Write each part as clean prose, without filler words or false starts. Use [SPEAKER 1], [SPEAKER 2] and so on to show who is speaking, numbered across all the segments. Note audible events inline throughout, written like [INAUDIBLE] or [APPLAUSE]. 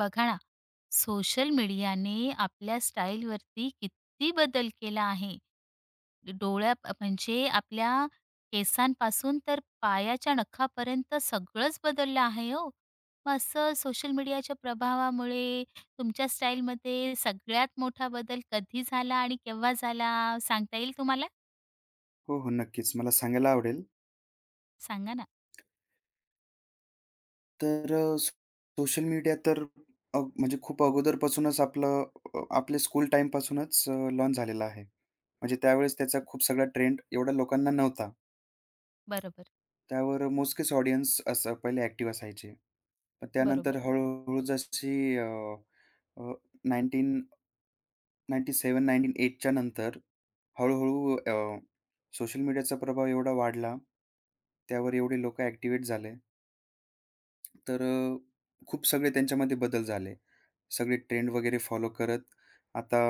[SPEAKER 1] बघा ना. सोशल मीडियाने आपल्या स्टाईलवरती किती बदल केला आहे. डोळ्या, म्हणजे आपल्या केसांपासून तर पायाच्या नखापर्यंत सगळंच बदललं आहे हो. मग असं सोशल मीडियाच्या प्रभावामुळे तुमच्या स्टाईलमध्ये सगळ्यात मोठा बदल कधी झाला आणि केव्हा झाला सांगता येईल तुम्हाला?
[SPEAKER 2] हो, हो. नक्कीच. मला सांगायला आवडेल.
[SPEAKER 1] सांगा ना.
[SPEAKER 2] तर अ, सो सोशल मीडिया तर म्हणजे खूप अगोदरपासूनच आपल्या स्कूल टाईमपासूनच लॉन्च झालेला आहे. म्हणजे त्यावेळेस त्याचा खूप सगळा ट्रेंड एवढा लोकांना नव्हता.
[SPEAKER 1] बरोबर.
[SPEAKER 2] त्यावर मोजकेच ऑडियन्स असं पहिले ॲक्टिव्ह असायचे. पण
[SPEAKER 1] बरोबर.
[SPEAKER 2] त्यानंतर हळू जशी अ, अ, 1997-1998 च्या नंतर हळू सोशल मीडियाचा प्रभाव एवढा वाढला. त्यावर एवढे लोकं ॲक्टिव्हेट झाले. तर खूप सगळे त्यांच्यामध्ये बदल झाले. सगळे ट्रेंड वगैरे फॉलो करत आता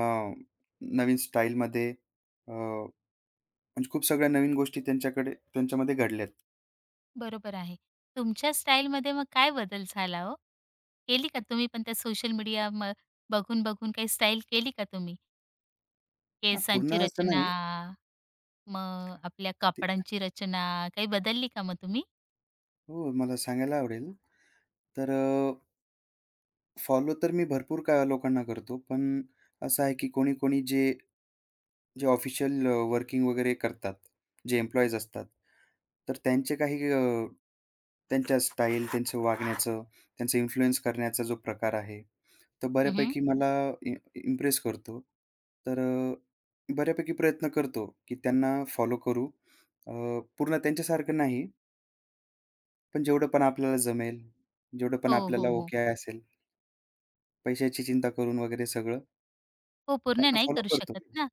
[SPEAKER 2] नवीन स्टाईलमध्ये म्हणजे खूप सगळ्या नवीन गोष्टी त्यांच्याकडे त्यांच्यामध्ये घडल्यात.
[SPEAKER 1] बरोबर आहे. तुमच्या स्टाईलमध्ये मग काय बदल झाला हो? केली का तुम्ही पण त्या सोशल मीडिया बघून, बघून काही स्टाईल केली का तुम्ही?
[SPEAKER 2] हां, पूर्ण
[SPEAKER 1] केसांची
[SPEAKER 2] असं
[SPEAKER 1] रचना,
[SPEAKER 2] नाही.
[SPEAKER 1] मग आपल्या
[SPEAKER 2] ते
[SPEAKER 1] कापडांची रचना, काही बदलली का मग तुम्ही?
[SPEAKER 2] हो, मला सांगायला आवडेल. तर फॉलो तर मी भरपूर का लोकांना करतो. पण असं आहे की कोणी-कोणी जे जे ऑफिशियल वर्किंग वगैरे करतात, जे एम्प्लॉईज असतात, तर त्यांचे काही त्यांच्या स्टाईल, त्यांचं वागण्याचं, त्यांचं इन्फ्लुअन्स करण्याचा जो प्रकार आहे, तो
[SPEAKER 1] हं.
[SPEAKER 2] बऱ्यापैकी मला इ इम्प्रेस करतो. तर बऱ्यापैकी प्रयत्न करतो, की त्यांना फॉलो करू. अ, पूर्ण त्यांच्यासारखं नाही, पण जेवढं पण आपल्याला जमेल, जेवढं पण
[SPEAKER 1] हो, हो,
[SPEAKER 2] आपल्याला
[SPEAKER 1] हो.
[SPEAKER 2] ओके असेल, पैशाची चिंता करून वगैरे सगळं
[SPEAKER 1] हो, पूर्ण
[SPEAKER 2] त्यांना
[SPEAKER 1] नाही
[SPEAKER 2] फॉलो
[SPEAKER 1] करू
[SPEAKER 2] करतो
[SPEAKER 1] शकत
[SPEAKER 2] मी.
[SPEAKER 1] ना.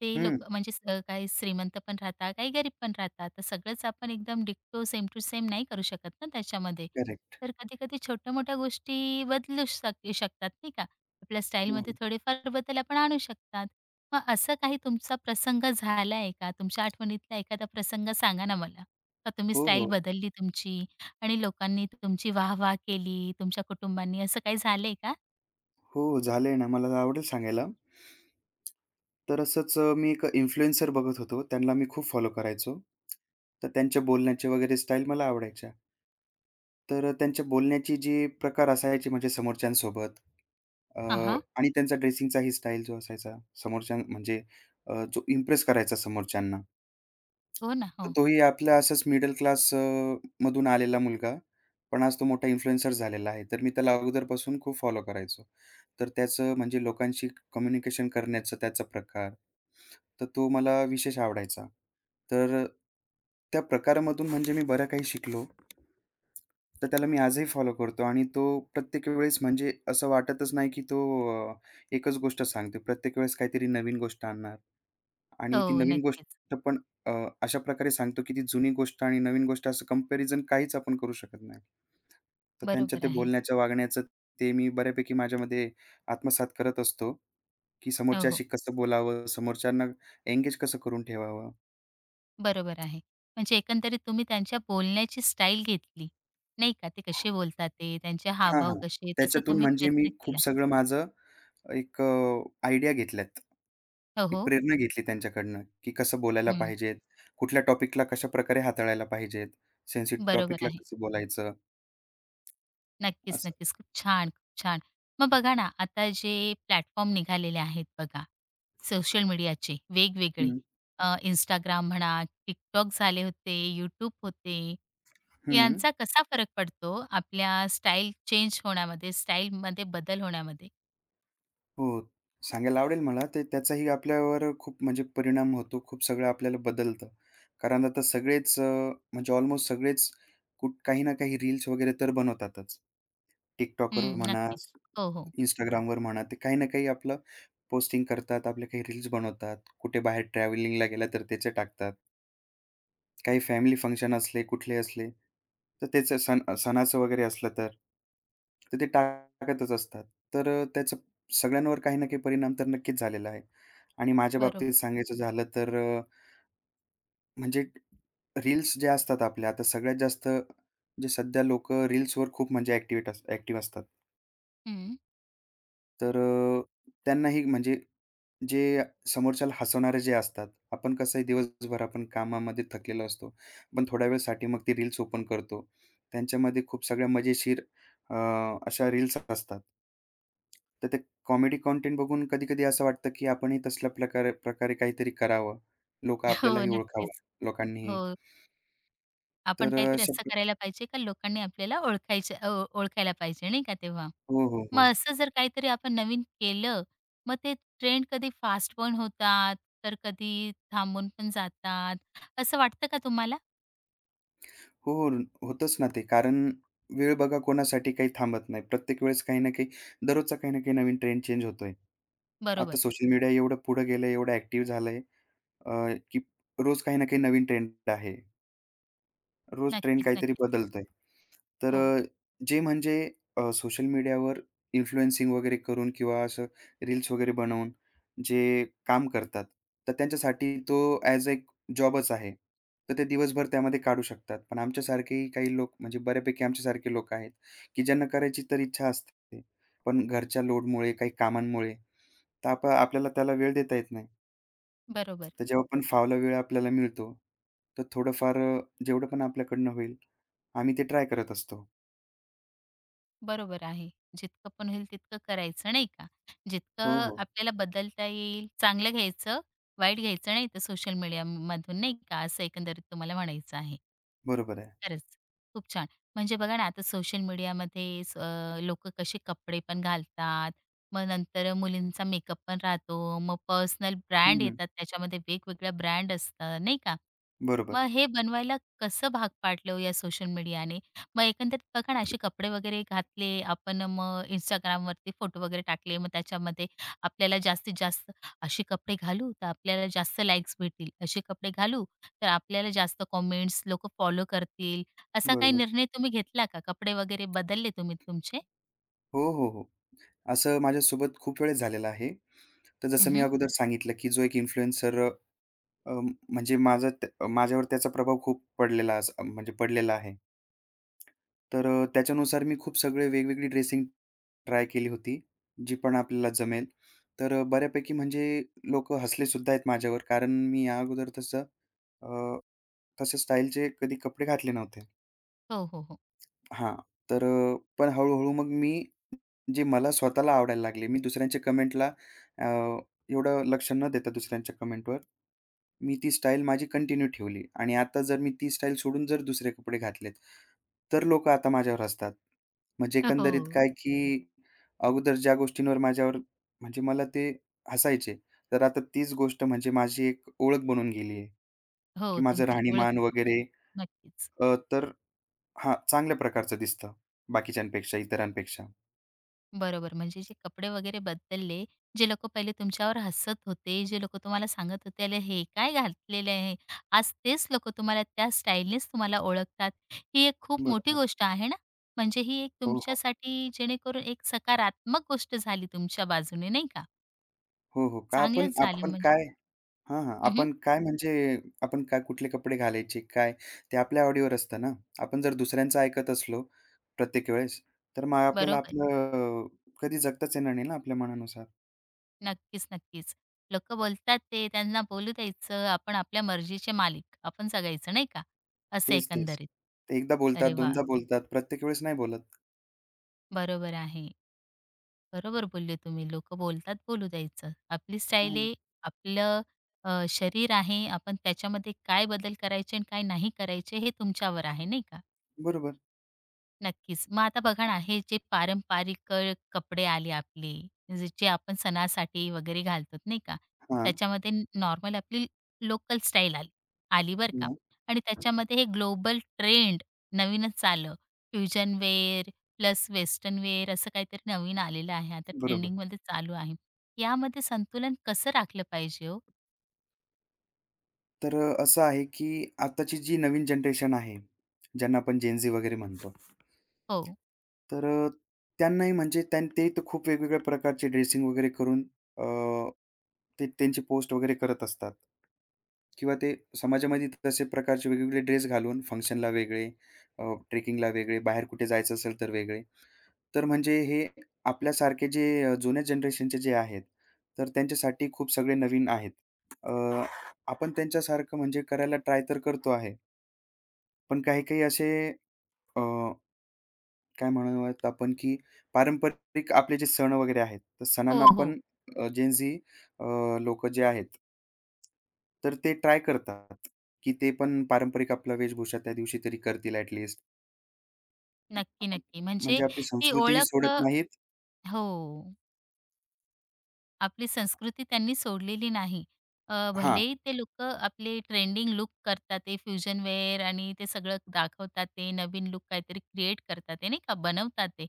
[SPEAKER 1] ते
[SPEAKER 2] हं,
[SPEAKER 1] लोकं म्हणजे काही श्रीमंत पण राहतात, काही गरीब पण राहतात. तर सगळंच आपण एकदम डिक्टो सेम टू सेम नाही करू शकत ना त्याच्यामध्ये.
[SPEAKER 2] करेक्ट.
[SPEAKER 1] तर कधी-कधी छोट्या-मोठ्या गोष्टी बदलू शकतात नाही का. आपल्या
[SPEAKER 2] हो,
[SPEAKER 1] स्टाईलमध्ये
[SPEAKER 2] हो.
[SPEAKER 1] थोडेफार बदल आपण आणू शकतात. मग असं काही तुमचा प्रसंग झाला आहे का? तुमच्या आठवणीतला एखादा प्रसंग सांगा ना मला. का तुम्ही
[SPEAKER 2] हो,
[SPEAKER 1] स्टाईल
[SPEAKER 2] हो.
[SPEAKER 1] बदलली तुमची आणि लोकांनी तुमची वाह-वाह केली, तुमच्या कुटुंबांनी असं काही झालंय का?
[SPEAKER 2] हो, झालंय ना. मला आवडेल सांगायला. तर असंच मी एक इन्फ्लुएन्सर बघत होतो. त्यांना मी खूप फॉलो करायचो. तर त्यांच्या बोलण्याची वगैरे स्टाईल मला आवडायच्या. तर त्यांच्या बोलण्याची जी प्रकार असायचे म्हणजे समोरच्यांसोबत अ,
[SPEAKER 1] हां,
[SPEAKER 2] आणि त्यांचा ड्रेसिंगचाही स्टाईल जो असायचा समोरच्या म्हणजे, जो इम्प्रेस करायचा समोरच्यांना.
[SPEAKER 1] हो ना.
[SPEAKER 2] तर
[SPEAKER 1] हो.
[SPEAKER 2] तोही आपला असाच मिडल क्लास मधून आलेला मुलगा, पण आज तो मोठा इन्फ्लुएन्सर झालेला आहे. तर मी त्याला अगोदरपासून खूप फॉलो करायचो. तर त्याचं म्हणजे लोकांशी कम्युनिकेशन करण्याचा त्याचा प्रकार, तर तो मला विशेष आवडायचा. तर त्या प्रकारामधून म्हणजे मी बरं काही शिकलो. तर त्याला मी आजही फॉलो करतो आणि तो प्रत्येक वेळेस म्हणजे असं वाटतच नाही, की तो अ, एकच गोष्ट सांगतो. प्रत्येक वेळेस काहीतरी नवीन गोष्ट आणणार आणि ती
[SPEAKER 1] हो,
[SPEAKER 2] नवीन
[SPEAKER 1] नक्कीच.
[SPEAKER 2] गोष्ट पण अ, अशा प्रकारे सांगतो, की ती जुनी गोष्ट आणि नवीन गोष्ट असं कंपॅरिझन काहीच आपण करू शकत नाही. तर त्यांच्या
[SPEAKER 1] बरोबर
[SPEAKER 2] ते
[SPEAKER 1] आहे.
[SPEAKER 2] बोलण्याच्या, वागण्याचं ते मी बऱ्यापैकी माझ्यामध्ये आत्मसात करत असतो, की
[SPEAKER 1] हो, हो.
[SPEAKER 2] समोरच्याशी कसं बोलावं, समोरच्यांना एंगेज कसं करून ठेवावं.
[SPEAKER 1] बरोबर आहे. म्हणजे एकंदरीत तुम्ही त्यांच्या बोलण्याची स्टाईल घेतली, नाही का? ते कसे बोलतात ते, त्यांचे
[SPEAKER 2] हां,
[SPEAKER 1] हावभाव
[SPEAKER 2] हां.
[SPEAKER 1] कसे, तसं
[SPEAKER 2] त्याच्यातून
[SPEAKER 1] तुम्ही
[SPEAKER 2] म्हणजे मी
[SPEAKER 1] प्रयत्न केला.
[SPEAKER 2] खूप सगळं माझं एक आयडिया घेतल्यात.
[SPEAKER 1] हो,
[SPEAKER 2] एक
[SPEAKER 1] हो.
[SPEAKER 2] प्रेरणा घेतली त्यांच्याकडनं, की कसं बोलायला
[SPEAKER 1] हं.
[SPEAKER 2] पाहिजेत, कुठल्या टॉपिकला कशाप्रकारे हाताळायला पाहिजेत, सेन्सिटिव्ह
[SPEAKER 1] बरोबर
[SPEAKER 2] टॉपिकला
[SPEAKER 1] आहे.
[SPEAKER 2] कसं बोलायचं
[SPEAKER 1] नक्कीच,
[SPEAKER 2] असं.
[SPEAKER 1] नक्कीच. खूप छान, खूप छान. मग बघा ना, आता जे प्लॅटफॉर्म निघालेले आहेत बघा, सोशल मीडियाचे वेगवेगळे.
[SPEAKER 2] हं,
[SPEAKER 1] Instagram म्हणा, TikTok झाले होते, YouTube होते.
[SPEAKER 2] हं.
[SPEAKER 1] यांचा कसा फरक पडतो आपल्या स्टाईल चेंज होण्यामध्ये, स्टाईलमध्ये बदल होण्यामध्ये?
[SPEAKER 2] हो. सांगायला आवडेल मला. ते त्याचाही आपल्यावर खूप म्हणजे परिणाम होतो. खूप सगळं आपल्याला बदलतं. कारण आता सगळेच म्हणजे ऑलमोस्ट सगळेच काही ना काही रील्स वगैरे तर बनवतातच. TikTokवर
[SPEAKER 1] हं,
[SPEAKER 2] म्हणा,
[SPEAKER 1] नक्कीच. हो, हो.
[SPEAKER 2] Instagramवर म्हणा, ते काही ना काही आपलं पोस्टिंग करतात. आपले काही रील्स बनवतात. कुठे बाहेर ट्रॅव्हलिंगला गेला तर त्याचे टाकतात. काही फॅमिली फंक्शन असले, कुठले असले, तर त्याचं सण सणाचं वगैरे असलं तर, तर ते टाकतच असतात. तर त्याचा सगळ्यांवर काही ना काही परिणाम तर नक्कीच झालेला आहे. आणि माझ्या बाबतीत
[SPEAKER 1] बरोबर.
[SPEAKER 2] सांगायचं झालं तर म्हणजे रील्स ज्या असतात आपल्या, आता सगळ्यात जास्त जे सध्या लोकं रील्सवर खूप म्हणजे ॲक्टिव्ह असतात.
[SPEAKER 1] हं.
[SPEAKER 2] तर त्यांनाही म्हणजे जे समोरच्याला हसवणारे जे असतात, आपण कसंही दिवसभर आपण कामामध्ये थकलेलो असतो. पण थोड्या वेळसाठी मग ती रील्स ओपन करतो. त्यांच्यामध्ये खूप सगळ्या मजेशीर अ, अशा रील्स असतात. तर ते कॉमेडी कंटेंट बघून कधी-कधी असं वाटतं, की आपणही तसल्या प्रकारे प्रकारे काहीतरी करावं. लोकं
[SPEAKER 1] [LAUGHS] हो,
[SPEAKER 2] आपल्यालाही ओळखावं,
[SPEAKER 1] नक्कीच.
[SPEAKER 2] लोकांनीही.
[SPEAKER 1] हो. आपण
[SPEAKER 2] तर अ,
[SPEAKER 1] काहीतरी असं
[SPEAKER 2] शक्य
[SPEAKER 1] करायला पाहिजे का लोकांनी आपल्याला ओळखायचे ओळखायला पाहिजे नाही का तेव्हा.
[SPEAKER 2] हो, हो, हो.
[SPEAKER 1] मग असं जर काहीतरी आपण नवीन केलं, मग ते ट्रेंड कधी फास्ट पण होतात, तर कधी थांबून पण जातात. असं वाटतं का तुम्हाला?
[SPEAKER 2] हो, हो. होतंच ना ते. कारण वेळ बघा कोणासाठी काही थांबत नाही. प्रत्येक वेळेस काही ना काही दररोजचा काही ना काही नवीन ट्रेंड चेंज होतोय. आता
[SPEAKER 1] बरोबर.
[SPEAKER 2] सोशल मीडिया एवढं पुढं गेलंय, एवढं ॲक्टिव्ह झालंय, अ, की रोज काही ना काही नवीन ट्रेंड आहे. रोज ट्रेंड
[SPEAKER 1] नक्कीच,
[SPEAKER 2] काहीतरी
[SPEAKER 1] नक्कीच.
[SPEAKER 2] बदलतंय. तर
[SPEAKER 1] हो,
[SPEAKER 2] जे म्हणजे सोशल मीडियावर इन्फ्लुएन्सिंग वगैरे करून किंवा असं रील्स वगैरे बनवून जे काम करतात, तर त्यांच्यासाठी तो ॲज एक जॉबच आहे. तर ते दिवसभर त्यामध्ये काढू शकतात. पण आमच्यासारखेही काही लोक म्हणजे बऱ्यापैकी आमच्यासारखे लोक आहेत, की ज्यांना करायची तर इच्छा असते. पण घरच्या लोडमुळे, काही कामांमुळे तर आपल्याला त्याला वेळ देता येत नाही.
[SPEAKER 1] बरोबर.
[SPEAKER 2] तर जेव्हा पण फावला वेळ आपल्याला मिळतो, तर थोडंफार जेवढं पण आपल्याकडनं होईल आम्ही ते ट्राय करत असतो.
[SPEAKER 1] बरोबर आहे. जितकं पण होईल तितकं करायचं नाही का?
[SPEAKER 2] हो,
[SPEAKER 1] जितकं
[SPEAKER 2] हो.
[SPEAKER 1] आपल्याला बदलता येईल, चांगलं घ्यायचं, वाईट घ्यायचं नाही तर सोशल मीडियामधून नाही का? असं एकंदरीत तुम्हाला म्हणायचं आहे.
[SPEAKER 2] बरोबर आहे.
[SPEAKER 1] खरंच, खूप छान. म्हणजे बघा ना आता सोशल मीडियामध्ये लोकं कसे कपडे पण घालतात, मग नंतर मुलींचा मेकअप पण राहतो, मग पर्सनल
[SPEAKER 2] हं,
[SPEAKER 1] ब्रँड
[SPEAKER 2] हं.
[SPEAKER 1] येतात त्याच्यामध्ये वेगवेगळ्या ब्रँड असतात नाही का?
[SPEAKER 2] बरोबर,
[SPEAKER 1] मग हे बनवायला कसं भाग पाडलं हो या सोशल मीडियाने? मग एकंदरीत बघा ना, असे कपडे वगैरे घातले आपण, मग Instagramवरती फोटो वगैरे टाकले. मग त्याच्यामध्ये आपल्याला जास्तीत जास्त असे कपडे घालू, तर आपल्याला जास्त लाईक्स भेटतील. असे कपडे घालू, तर आपल्याला जास्त कमेंट्स, लोकं फॉलो करतील. असा काही
[SPEAKER 2] बरोबर.
[SPEAKER 1] निर्णय तुम्ही घेतला का? कपडे वगैरे बदलले तुम्ही तुमचे?
[SPEAKER 2] हो, हो, हो. असं माझ्यासोबत खूप वेळेस झालेलं आहे. तर जसं मी
[SPEAKER 1] हं,
[SPEAKER 2] अगोदर सांगितलं, की जो एक इन्फ्लुएन्सर म्हणजे माझा त्या माझ्यावर त्याचा प्रभाव खूप पडलेला अस म्हणजे पडलेला आहे. तर त्याच्यानुसार मी खूप सगळे वेगवेगळी ड्रेसिंग ट्राय केली होती, जी पण आपल्याला जमेल. तर बऱ्यापैकी म्हणजे लोकं हसलेसुद्धा आहेत माझ्यावर कारण मी या अगोदर अ, तसं स्टाईलचे कधी कपडे घातले नव्हते.
[SPEAKER 1] हो, हो, हो.
[SPEAKER 2] हां, तर पण हळू मग मी जे मला स्वतःला आवडायला लागले. मी दुसऱ्यांच्या कमेंटला अ, एवढं लक्ष न देता दुसऱ्यांच्या कमेंटवर, मी ती स्टाईल माझी कंटिन्यू ठेवली आणि आता जर मी ती स्टाईल सोडून जर दुसरे कपडे घातलेत, तर लोकं आता माझ्यावर हसतात. म्हणजे
[SPEAKER 1] हो.
[SPEAKER 2] एकंदरीत काय, की अगोदर ज्या गोष्टींवर माझ्यावर म्हणजे मला ते हसायचे, तर आता तीच गोष्ट म्हणजे माझी एक ओळख बनून गेली आहे,
[SPEAKER 1] हो,
[SPEAKER 2] की माझं
[SPEAKER 1] तुमची ओळख.
[SPEAKER 2] राहणीमान वगैरे.
[SPEAKER 1] नक्कीच.
[SPEAKER 2] तर हां, चांगल्या प्रकारचं दिसतं बाकीच्यांपेक्षा, इतरांपेक्षा.
[SPEAKER 1] बरोबर. म्हणजे जे कपडे वगैरे बदलले, जे लोकं पहिले तुमच्यावर हसत होते, जे लोकं तुम्हाला सांगत होते, "अरे, हे काय घातलेलं आहे?" आज तेच लोकं तुम्हाला त्या स्टाईलनेच तुम्हाला ओळखतात. ही एक खूप मोठी
[SPEAKER 2] बरोबर.
[SPEAKER 1] गोष्ट आहे ना. म्हणजे ही एक
[SPEAKER 2] हो, हो.
[SPEAKER 1] तुमच्यासाठी जेणेकरून एक सकारात्मक गोष्ट झाली तुमच्या बाजूने, नाही का?
[SPEAKER 2] हो, हो. का आपण
[SPEAKER 1] चांगलंच झालं
[SPEAKER 2] आपण
[SPEAKER 1] म्हणजे.
[SPEAKER 2] काय हां, हां.
[SPEAKER 1] हं,
[SPEAKER 2] आपण काय कुठले कपडे घालायचे, काय ते आपल्या आवडीवर असतं ना. आपण जर दुसऱ्यांचं ऐकत असलो प्रत्येक वेळेस, तर मग आपल्याला
[SPEAKER 1] बरोबर.
[SPEAKER 2] आपलं कधी जगताच येणार नाही ना आपल्या मनानुसार.
[SPEAKER 1] नक्कीच, नक्कीच. लोकं बोलतात ते, त्यांना बोलू द्यायचं. आपण आपल्या मर्जीचे मालिक. आपण जगायचं, नाही का? असं
[SPEAKER 2] तेच, तेच.
[SPEAKER 1] एकंदरीत.
[SPEAKER 2] ते एकदा बोलतात,
[SPEAKER 1] अरे वाह!
[SPEAKER 2] दोनदा बोलतात, प्रत्येक वेळेस नाही बोलत.
[SPEAKER 1] बरोबर आहे. बरोबर बोलले तुम्ही. लोकं बोलतात बोलू द्यायचं. आपली स्टाईल
[SPEAKER 2] हां,
[SPEAKER 1] आहे, आपलं शरीर आहे. आपण त्याच्यामध्ये काय बदल करायचे आणि काय नाही करायचे हे तुमच्यावर आहे, नाही का?
[SPEAKER 2] बरोबर.
[SPEAKER 1] नक्कीच. मग आता बघा ना, हे जे पारंपरिक कपडे आले आपले, जे जे आपण सणासाठी वगैरे घालतो नाही का,
[SPEAKER 2] हां,
[SPEAKER 1] त्याच्यामध्ये नॉर्मल आपली लोकल स्टाईल आली आली बरं का.
[SPEAKER 2] हां.
[SPEAKER 1] आणि त्याच्यामध्ये हे ग्लोबल ट्रेंड नवीनच आलं. Fusion wear plus western wear असं काहीतरी नवीन आलेलं आहे. आता
[SPEAKER 2] बरोबर.
[SPEAKER 1] ट्रेंडिंगमध्ये चालू आहे. यामध्ये संतुलन कसं राखलं पाहिजे हो?
[SPEAKER 2] तर असं आहे की आत्ताची जी नवीन जनरेशन आहे, ज्यांना आपण जेन झी वगैरे म्हणतो.
[SPEAKER 1] हो.
[SPEAKER 2] तर त्यांनाही म्हणजे त्यां ते तर खूप वेगवेगळ्या प्रकारचे ड्रेसिंग वगैरे करून अ, ते त्यांची पोस्ट वगैरे करत असतात. किंवा ते समाजामध्ये तसे प्रकारचे वेगवेगळे ड्रेस घालून फंक्शनला वेगळे, ट्रेकिंगला वेगळे, बाहेर कुठे जायचं असेल तर वेगळे. तर म्हणजे हे आपल्यासारखे जे जुन्या जनरेशनचे जे आहेत, तर त्यांच्यासाठी खूप सगळे नवीन आहेत. अ, आपण त्यांच्यासारखं म्हणजे करायला ट्राय तर करतो आहे. पण काही-काही असे काय म्हणूयात आपण, की पारंपरिक आपले जे सण वगैरे आहेत, तर
[SPEAKER 1] हो,
[SPEAKER 2] सणांना
[SPEAKER 1] हो.
[SPEAKER 2] पण जेन जे आहेत तर ते ट्राय करतात, की ते पण पारंपरिक आपला वेशभूषा त्या दिवशी तरी करतील ॲट लिस्ट.
[SPEAKER 1] नक्की, नक्की. म्हणजे
[SPEAKER 2] म्हणजे आपली
[SPEAKER 1] ती
[SPEAKER 2] संस्कृती ही
[SPEAKER 1] ओळख
[SPEAKER 2] सोडत नाहीत.
[SPEAKER 1] हो. आपली संस्कृती त्यांनी सोडलेली नाही.
[SPEAKER 2] हां,
[SPEAKER 1] भलेही ते लोकं आपले ट्रेंडिंग लुक करतात, ते फ्युजन वेअर आणि ते सगळं दाखवतात, ते नवीन लूक काहीतरी क्रिएट करतात, ते नाही का बनवतात ते.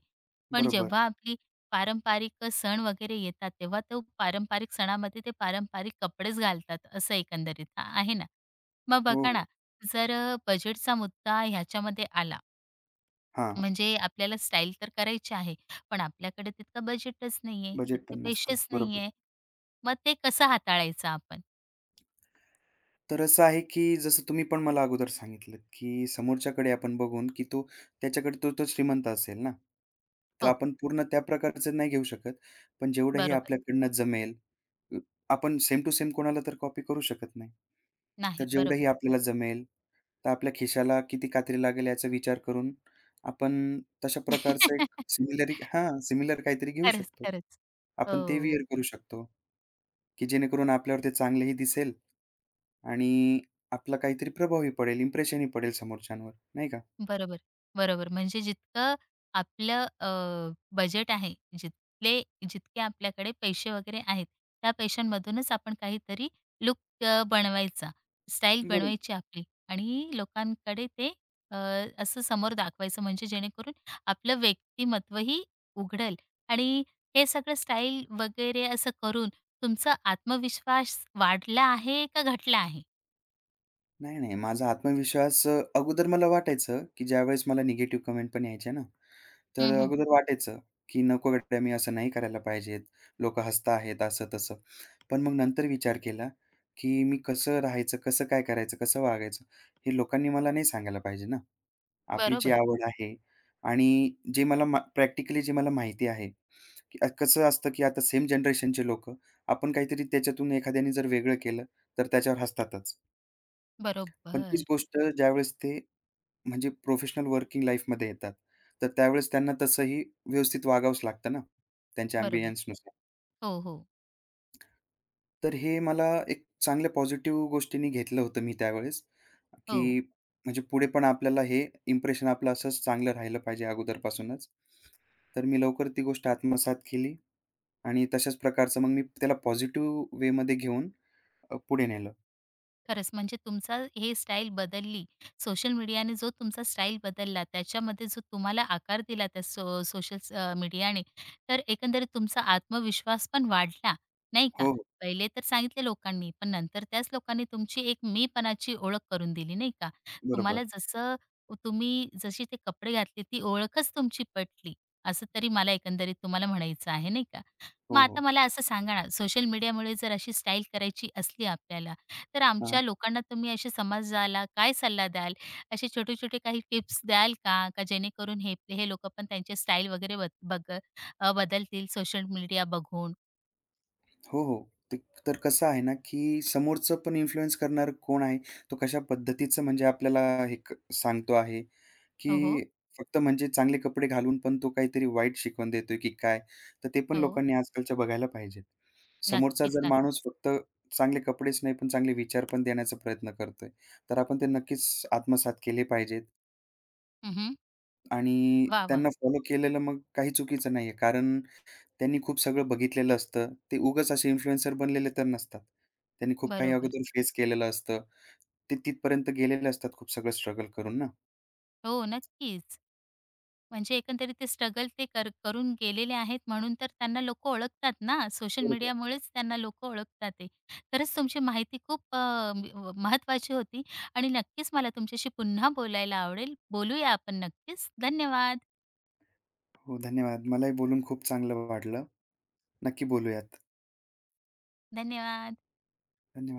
[SPEAKER 1] पण
[SPEAKER 2] बरोबर.
[SPEAKER 1] जेव्हा आपली पारंपरिक सण वगैरे येतात, तेव्हा तो पारंपरिक सणामध्ये ते पारंपरिक कपडेच घालतात, असं एकंदरीत आहे ना. मग
[SPEAKER 2] हो,
[SPEAKER 1] बघा
[SPEAKER 2] हो.
[SPEAKER 1] ना, जर बजेटचा मुद्दा ह्याच्यामध्ये आला,
[SPEAKER 2] हां,
[SPEAKER 1] म्हणजे आपल्याला स्टाईल तर करायची आहे, पण आपल्याकडे तितकं बजेटच नाहीये,
[SPEAKER 2] बजेट
[SPEAKER 1] तितके
[SPEAKER 2] पण नसते.
[SPEAKER 1] पैसेच नाहीये.
[SPEAKER 2] बरोबर.
[SPEAKER 1] मग ते कसं हाताळायचं आपण?
[SPEAKER 2] तर असं आहे, की जसं तुम्ही पण मला अगोदर सांगितलंत, की समोरच्याकडे आपण बघून, की तो त्याच्याकडे तो तो श्रीमंत असेल ना, तर
[SPEAKER 1] हो,
[SPEAKER 2] आपण पूर्ण त्या प्रकारचं नाही घेऊ शकत. पण जेवढंही
[SPEAKER 1] बरोबर.
[SPEAKER 2] आपल्याकडनं जमेल, अ, आपण सेम टू सेम कोणाला तर कॉपी करू शकत नाही. तर
[SPEAKER 1] नाही, बरोबर.
[SPEAKER 2] जेवढंही आपल्याला जमेल, तर आपल्या खिशाला किती कात्री लागेल याचा विचार करून आपण तशा प्रकारचं एक
[SPEAKER 1] [LAUGHS]
[SPEAKER 2] सिमिलर काहीतरी घेऊ
[SPEAKER 1] खरंच,
[SPEAKER 2] शकतो.
[SPEAKER 1] खरंच. हो.
[SPEAKER 2] आपण ते विअर करू शकतो. की जेणेकरून आपल्यावरती चांगलंही दिसेल आणि आपला काहीतरी प्रभावही पडेल, इम्प्रेशनही पडेल समोरच्यांवर, नाही का?
[SPEAKER 1] बरोबर, बरोबर. म्हणजे जितकं आपलं बजेट आहे, जिथले जितके आपल्याकडे पैसे वगैरे आहेत, त्या पैशांमधूनच आपण काहीतरी लूक बनवायचा, स्टाईल
[SPEAKER 2] बरोबर.
[SPEAKER 1] बनवायची आपली आणि लोकांकडे ते अ, असं समोर दाखवायचं म्हणजे जेणेकरून आपलं व्यक्तिमत्वही उघडेल आणि हे सगळं स्टाईल वगैरे असं करून तुमचा आत्मविश्वास वाढला आहे का घटला आहे?
[SPEAKER 2] नाही, नाही. माझा आत्मविश्वास अगोदर मला वाटायचं, की ज्यावेळेस मला निगेटिव्ह कमेंट पण यायच्या ना, तर
[SPEAKER 1] हं, हं.
[SPEAKER 2] अगोदर वाटायचं, की "नको गड्या, मी असं नाही करायला पाहिजेत. लोकं हसताहेत," असं-तसं. पण मग नंतर विचार केला, की मी कसं राहायचं, कसं काय करायचं, कसं वागायचं, हे लोकांनी मला नाही सांगायला पाहिजे ना. आपली जी
[SPEAKER 1] बरोबर,
[SPEAKER 2] आवड आहे आणि जे मला प्रॅक्टिकली जे मला माहिती आहे, की कसं असतं, की आता सेम जनरेशनचे लोकं आपण काहीतरी त्याच्यातून एखाद्याने जर वेगळं केलं, तर त्याच्यावर हसतातच. पण
[SPEAKER 1] बरोबर,
[SPEAKER 2] तीच गोष्ट ज्यावेळेस ते म्हणजे प्रोफेशनल वर्किंग लाईफमध्ये येतात, तर त्यावेळेस त्यांना तसंही व्यवस्थित वागावंच लागतं ना, त्यांच्या
[SPEAKER 1] बरोबर.
[SPEAKER 2] ॲम्बियन्सनुसार.
[SPEAKER 1] हो, हो.
[SPEAKER 2] तर हे मला एक चांगल्या पॉझिटिव्ह गोष्टीने घेतलं होतं मी त्यावेळेस,
[SPEAKER 1] हो.
[SPEAKER 2] की म्हणजे पुढे पण आपल्याला हे इम्प्रेशन आपलं असंच चांगलं राहिलं पाहिजे अगोदरपासूनच. तर मी लवकर ती गोष्ट आत्मसात केली आणि तशाच प्रकारचं मग मी त्याला पॉझिटिव्ह वेमध्ये घेऊन पुढे नेलं.
[SPEAKER 1] खरंच म्हणजे तुमचा हे स्टाईल बदलली. सोशल मीडियाने जो तुमचा स्टाईल बदलला, त्याच्यामध्ये जो तुम्हाला आकार दिला त्या सोशल मीडियाने, तर एकंदरीत तुमचा आत्मविश्वास पण वाढला, नाही का?
[SPEAKER 2] हो, हो.
[SPEAKER 1] पहिले तर सांगितले लोकांनी, पण नंतर त्याच लोकांनी तुमची एक मीपणाची ओळख करून दिली, नाही का? तुम्हाला
[SPEAKER 2] बरोबर.
[SPEAKER 1] जसं तुम्ही जशी ते कपडे घातले, ती ओळखच तुमची पटली, असं तरी मला एकंदरीत तुम्हाला म्हणायचं आहे, नाही का? मग
[SPEAKER 2] हो,
[SPEAKER 1] आता
[SPEAKER 2] हो.
[SPEAKER 1] मला असं सांगा ना, सोशल मीडियामुळे जर अशी स्टाईल करायची असली आपल्याला, तर आमच्या लोकांना तुम्ही असे समाजाला काय सल्ला द्याल? असे छोटे-छोटे काही टिप्स द्याल का? का जेणेकरून हे हे लोकं पण त्यांचे स्टाईल वगैरे बदलतील सोशल मीडिया बघून?
[SPEAKER 2] हो, हो. तर कसं आहे ना, की समोरचं पण इन्फ्लुअन्स करणारं कोण आहे, तो कशा पद्धतीचं म्हणजे आपल्याला हे सांगतो आहे,
[SPEAKER 1] हो, हो.
[SPEAKER 2] की फक्त म्हणजे चांगले कपडे घालून पण तो काहीतरी वाईट शिकवण देतोय की काय? तर ते पण
[SPEAKER 1] हो.
[SPEAKER 2] लोकांनी आजकालच्या बघायला पाहिजेत. समोरचा
[SPEAKER 1] नक्कीच,
[SPEAKER 2] जर माणूस
[SPEAKER 1] नक्कीच.
[SPEAKER 2] फक्त चांगले कपडेच नाही, पण चांगले विचार पण देण्याचा प्रयत्न करतोय, तर आपण ते नक्कीच आत्मसात केले पाहिजेत
[SPEAKER 1] हं, हं.
[SPEAKER 2] आणि
[SPEAKER 1] वाह,
[SPEAKER 2] त्यांना फॉलो केलेलं मग काही चुकीचं नाहीये. कारण त्यांनी खूप सगळं बघितलेलं असतं. ते उगाच असे इन्फ्लुएन्सर बनलेले तर नसतात. त्यांनी खूप काही
[SPEAKER 1] बरोबर.
[SPEAKER 2] अगोदर फेस केलेलं असतं. ते तिथपर्यंत गेलेले असतात खूप सगळं स्ट्रगल करून ना.
[SPEAKER 1] हो, नक्कीच. म्हणजे एकंदरीत ते स्ट्रगल ते करून गेलेले आहेत म्हणून तर त्यांना लोकं ओळखतात ना, सोशल
[SPEAKER 2] बरोबर.
[SPEAKER 1] मीडियामुळेच त्यांना लोकं ओळखतात आहे. खरंच तुमची माहिती खूप अ, म महत्त्वाची होती आणि नक्कीच मला तुमच्याशी पुन्हा बोलायला आवडेल. बोलूया आपण नक्कीच. धन्यवाद.
[SPEAKER 2] हो, धन्यवाद. मलाही बोलून खूप चांगलं वाटलं. नक्की बोलूयात.
[SPEAKER 1] धन्यवाद.
[SPEAKER 2] धन्यवाद.